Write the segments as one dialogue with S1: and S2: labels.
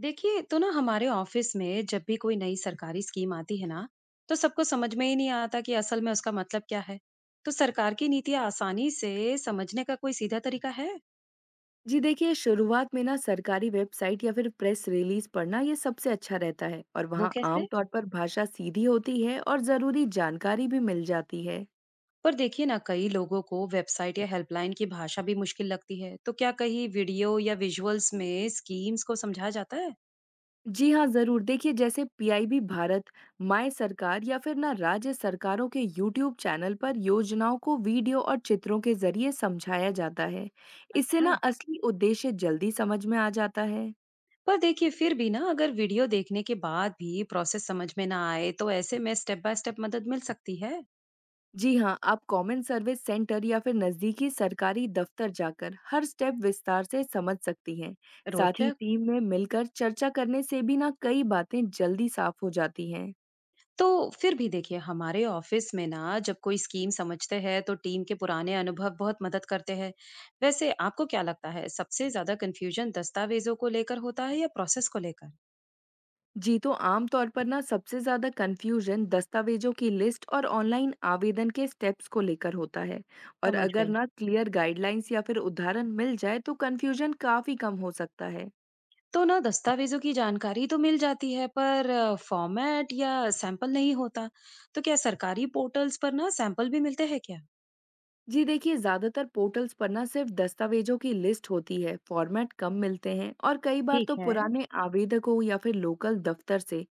S1: देखिए तो ना हमारे ऑफिस में जब भी कोई नई सरकारी स्कीम आती है ना तो सबको समझ में ही नहीं आता कि असल में उसका मतलब क्या है। तो सरकार की नीतियां आसानी से समझने का कोई सीधा तरीका है?
S2: जी देखिए शुरुआत में ना सरकारी वेबसाइट या फिर प्रेस रिलीज पढ़ना ये सबसे अच्छा रहता है। और
S1: वो
S2: वहाँ
S1: कैसे?
S2: आमतौर पर भाषा सीधी होती है और ज़रूरी जानकारी भी मिल जाती है।
S1: पर देखिए ना कई लोगों को वेबसाइट या हेल्पलाइन की भाषा भी मुश्किल लगती है, तो क्या कहीं वीडियो या विजुअल्स में स्कीम्स को समझा जाता है?
S2: जी हाँ, ज़रूर। देखिए जैसे पीआईबी भारत, माय सरकार या फिर ना राज्य सरकारों के यूट्यूब चैनल पर योजनाओं को वीडियो और चित्रों के जरिए समझाया जाता है। इससे
S1: अच्छा।
S2: ना असली उद्देश्य जल्दी समझ में आ जाता है।
S1: पर देखिए फिर भी ना अगर वीडियो देखने के बाद भी प्रोसेस समझ में ना आए तो ऐसे में स्टेप बाय स्टेप मदद मिल सकती है?
S2: जी हाँ, आप कॉमन सर्विस सेंटर या फिर नज़दीकी सरकारी दफ्तर जाकर हर स्टेप विस्तार से समझ सकती हैं। साथ ही
S1: रोचक।
S2: टीम में मिलकर चर्चा करने से भी ना कई बातें जल्दी साफ हो जाती हैं।
S1: तो फिर भी देखिए हमारे ऑफिस में ना जब कोई स्कीम समझते हैं तो टीम के पुराने अनुभव बहुत मदद करते हैं। वैसे आपको क्या लगता है, सबसे ज्यादा कंफ्यूजन दस्तावेजों को लेकर होता है या प्रोसेस को लेकर?
S2: जी, तो आमतौर पर ना सबसे ज़्यादा कन्फ्यूजन दस्तावेजों की लिस्ट और ऑनलाइन आवेदन के स्टेप्स को लेकर होता है। और
S1: समझ
S2: अगर
S1: गई।
S2: ना क्लियर गाइडलाइंस या फिर उदाहरण मिल जाए तो कन्फ्यूजन काफ़ी कम हो सकता है।
S1: तो ना दस्तावेजों की जानकारी तो मिल जाती है पर फॉर्मेट या सैंपल नहीं होता। तो क्या सरकारी पोर्टल्स पर ना सैंपल भी मिलते हैं क्या?
S2: जी देखिए, ज़्यादातर पोर्टल्स पर ना सिर्फ दस्तावेजों की लिस्ट होती है, फॉर्मेट कम मिलते हैं। और कई बार
S1: ठीक
S2: तो
S1: है।
S2: पुराने आवेदकों या फिर लोकल दफ्तर से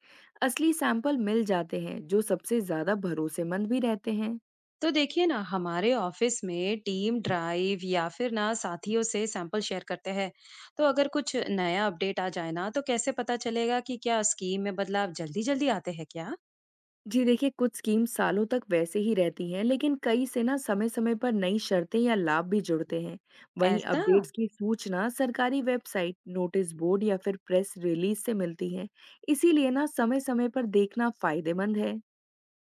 S2: असली सैंपल मिल जाते हैं, जो सबसे ज़्यादा भरोसेमंद भी रहते हैं।
S1: तो देखिए ना हमारे ऑफिस में टीम ड्राइव या फिर ना साथियों से सैंपल शेयर करते हैं। तो अगर कुछ नया अपडेट आ जाए ना तो कैसे पता चलेगा कि क्या स्कीम में बदलाव जल्दी जल्दी आते हैं क्या?
S2: जी देखिए, कुछ स्कीम सालों तक वैसे ही रहती हैं, लेकिन कई से ना समय समय पर नई शर्तें या लाभ भी जुड़ते हैं। वहीं
S1: ऐसा।
S2: अपडेट्स की सूचना सरकारी वेबसाइट, नोटिस बोर्ड या फिर प्रेस रिलीज से मिलती है। इसीलिए ना समय समय पर देखना फायदेमंद है।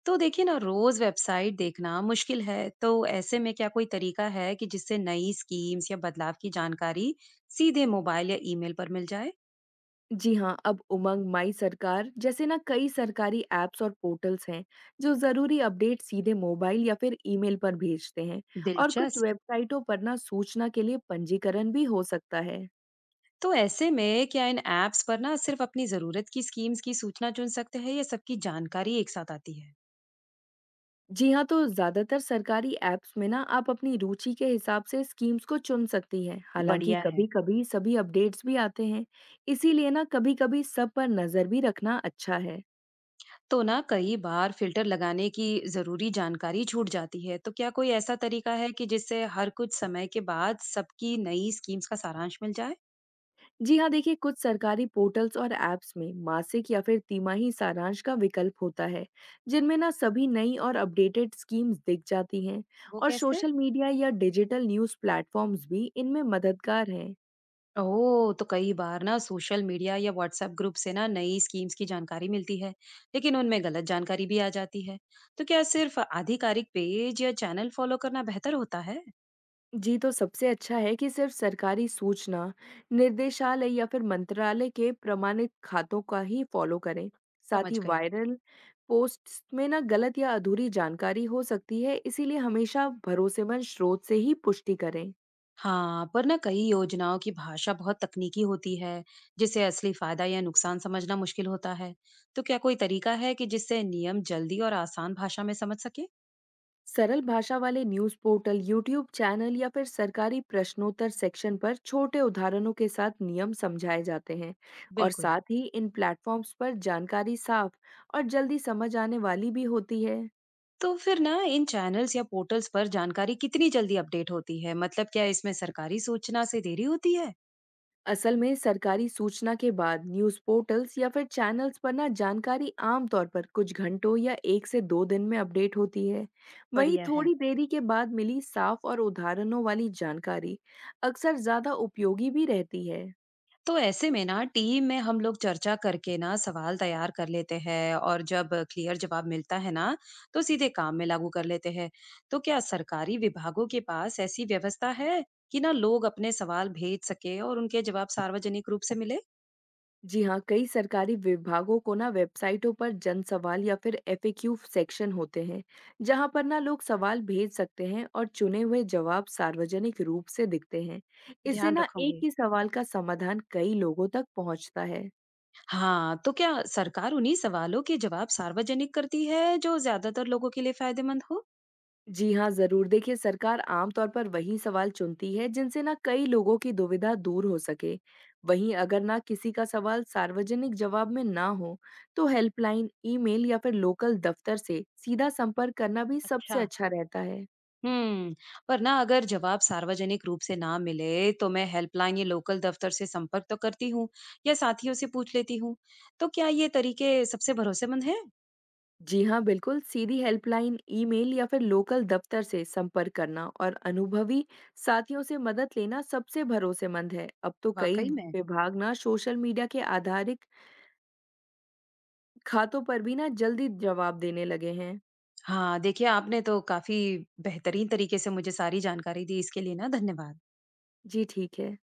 S1: तो देखिए ना रोज वेबसाइट देखना मुश्किल है, तो ऐसे में क्या कोई तरीका है कि जिससे नई स्कीम्स या बदलाव की जानकारी सीधे मोबाइल या ईमेल पर मिल जाए?
S2: जी हाँ, अब उमंग, माई सरकार जैसे ना कई सरकारी ऐप्स और पोर्टल्स हैं जो जरूरी अपडेट सीधे मोबाइल या फिर ईमेल पर भेजते हैं। और कुछ
S1: दिलचस्प।
S2: वेबसाइटों पर ना सूचना के लिए पंजीकरण भी हो सकता है।
S1: तो ऐसे में क्या इन एप्स पर ना सिर्फ अपनी जरूरत की स्कीम्स की सूचना चुन सकते हैं या सबकी जानकारी एक साथ आती है?
S2: जी हाँ, तो ज्यादातर सरकारी ऐप्स में ना आप अपनी रुचि के हिसाब से स्कीम्स को चुन सकती हैं, हालांकि
S1: बढ़िया है।
S2: कभी कभी सभी अपडेट्स भी आते हैं। इसीलिए ना कभी कभी सब पर नजर भी रखना अच्छा है।
S1: तो ना कई बार फिल्टर लगाने की ज़रूरी जानकारी छूट जाती है, तो क्या कोई ऐसा तरीका है कि जिससे हर कुछ समय के बाद सबकी नई स्कीम्स का सारांश मिल जाए?
S2: जी हाँ, देखिए कुछ सरकारी पोर्टल्स और ऐप्स में मासिक या फिर तिमाही सारांश का विकल्प होता है, जिनमें ना सभी नई और अपडेटेड स्कीम्स दिख जाती हैं।
S1: वो
S2: और
S1: कैसे?
S2: सोशल मीडिया या डिजिटल न्यूज़ प्लेटफॉर्म्स भी इनमें मददगार हैं।
S1: ओह! तो कई बार ना सोशल मीडिया या व्हाट्सएप ग्रुप से ना नई स्कीम्स की जानकारी मिलती है, लेकिन उनमें गलत जानकारी भी आ जाती है। तो क्या सिर्फ आधिकारिक पेज या चैनल फॉलो करना बेहतर होता है?
S2: जी, तो सबसे अच्छा है कि सिर्फ सरकारी सूचना निर्देशालय या फिर मंत्रालय के प्रमाणित खातों का ही फॉलो करें। साथ
S1: समझ
S2: ही
S1: गई।
S2: वायरल पोस्ट्स में ना गलत या अधूरी जानकारी हो सकती है, इसीलिए हमेशा भरोसेमंद स्रोत से ही पुष्टि करें।
S1: हाँ, पर ना कई योजनाओं की भाषा बहुत तकनीकी होती है, जिससे असली फायदा या नुकसान समझना मुश्किल होता है। तो क्या कोई तरीका है कि जिससे नियम जल्दी और आसान भाषा में समझ सके?
S2: सरल भाषा वाले न्यूज पोर्टल, यूट्यूब चैनल या फिर सरकारी प्रश्नोत्तर सेक्शन पर छोटे उदाहरणों के साथ नियम समझाए जाते हैं। और
S1: बिल्कुल।
S2: साथ ही इन प्लेटफॉर्म्स पर जानकारी साफ और जल्दी समझ आने वाली भी होती है।
S1: तो फिर ना इन चैनल्स या पोर्टल्स पर जानकारी कितनी जल्दी अपडेट होती है? मतलब क्या इसमें सरकारी सूचना से देरी होती है?
S2: असल में सरकारी सूचना के बाद न्यूज पोर्टल्स या फिर चैनल्स पर ना जानकारी आमतौर पर कुछ घंटों या एक से दो दिन में अपडेट होती है। वहीं
S1: बढ़िया है।
S2: थोड़ी देरी के बाद मिली साफ और उदाहरणों वाली जानकारी अक्सर ज्यादा उपयोगी भी रहती है।
S1: तो ऐसे में ना टीम में हम लोग चर्चा करके ना सवाल तैयार कर लेते हैं और जब क्लियर जवाब मिलता है ना तो सीधे काम में लागू कर लेते हैं। तो क्या सरकारी विभागों के पास ऐसी व्यवस्था है कि ना लोग अपने सवाल भेज सके और उनके जवाब सार्वजनिक रूप से मिले?
S2: जी हाँ, कई सरकारी विभागों को ना वेबसाइटों पर जन सवाल या फिर एफएक्यू सेक्शन होते हैं, जहाँ पर ना लोग सवाल भेज सकते हैं और चुने हुए जवाब सार्वजनिक रूप से दिखते हैं। इससे
S1: ध्यान
S2: ना एक
S1: रखूंगी।
S2: ही सवाल का समाधान कई लोगों तक पहुँचता है।
S1: हाँ, तो क्या सरकार उन्हीं सवालों के जवाब सार्वजनिक करती है जो ज्यादातर लोगों के लिए फायदेमंद हो?
S2: जी हाँ, ज़रूर। देखिए, सरकार आम तौर पर वही सवाल चुनती है, जिनसे ना कई लोगों की दुविधा दूर हो सके। वहीं अगर ना किसी का सवाल सार्वजनिक जवाब में ना हो, तो हेल्पलाइन, ईमेल या फिर लोकल दफ्तर से सीधा संपर्क करना भी सबसे
S1: अच्छा।
S2: अच्छा रहता है।
S1: हम्म, पर ना अगर जवाब सार्वजनिक रूप से ना मिले तो मैं हेल्पलाइन या लोकल दफ्तर से संपर्क तो करती हूँ या साथियों से पूछ लेती हूँ। तो क्या ये तरीके सबसे भरोसेमंद है?
S2: जी हाँ, बिल्कुल। सीधी हेल्पलाइन, ईमेल या फिर लोकल दफ्तर से संपर्क करना और अनुभवी साथियों से मदद लेना सबसे भरोसेमंद है। अब तो कई
S1: वाकई में।
S2: विभाग ना सोशल मीडिया के आधारित खातों पर भी ना जल्दी जवाब देने लगे हैं।
S1: हाँ, देखिए आपने तो काफी बेहतरीन तरीके से मुझे सारी जानकारी दी, इसके लिए ना धन्यवाद।
S2: जी, ठीक है।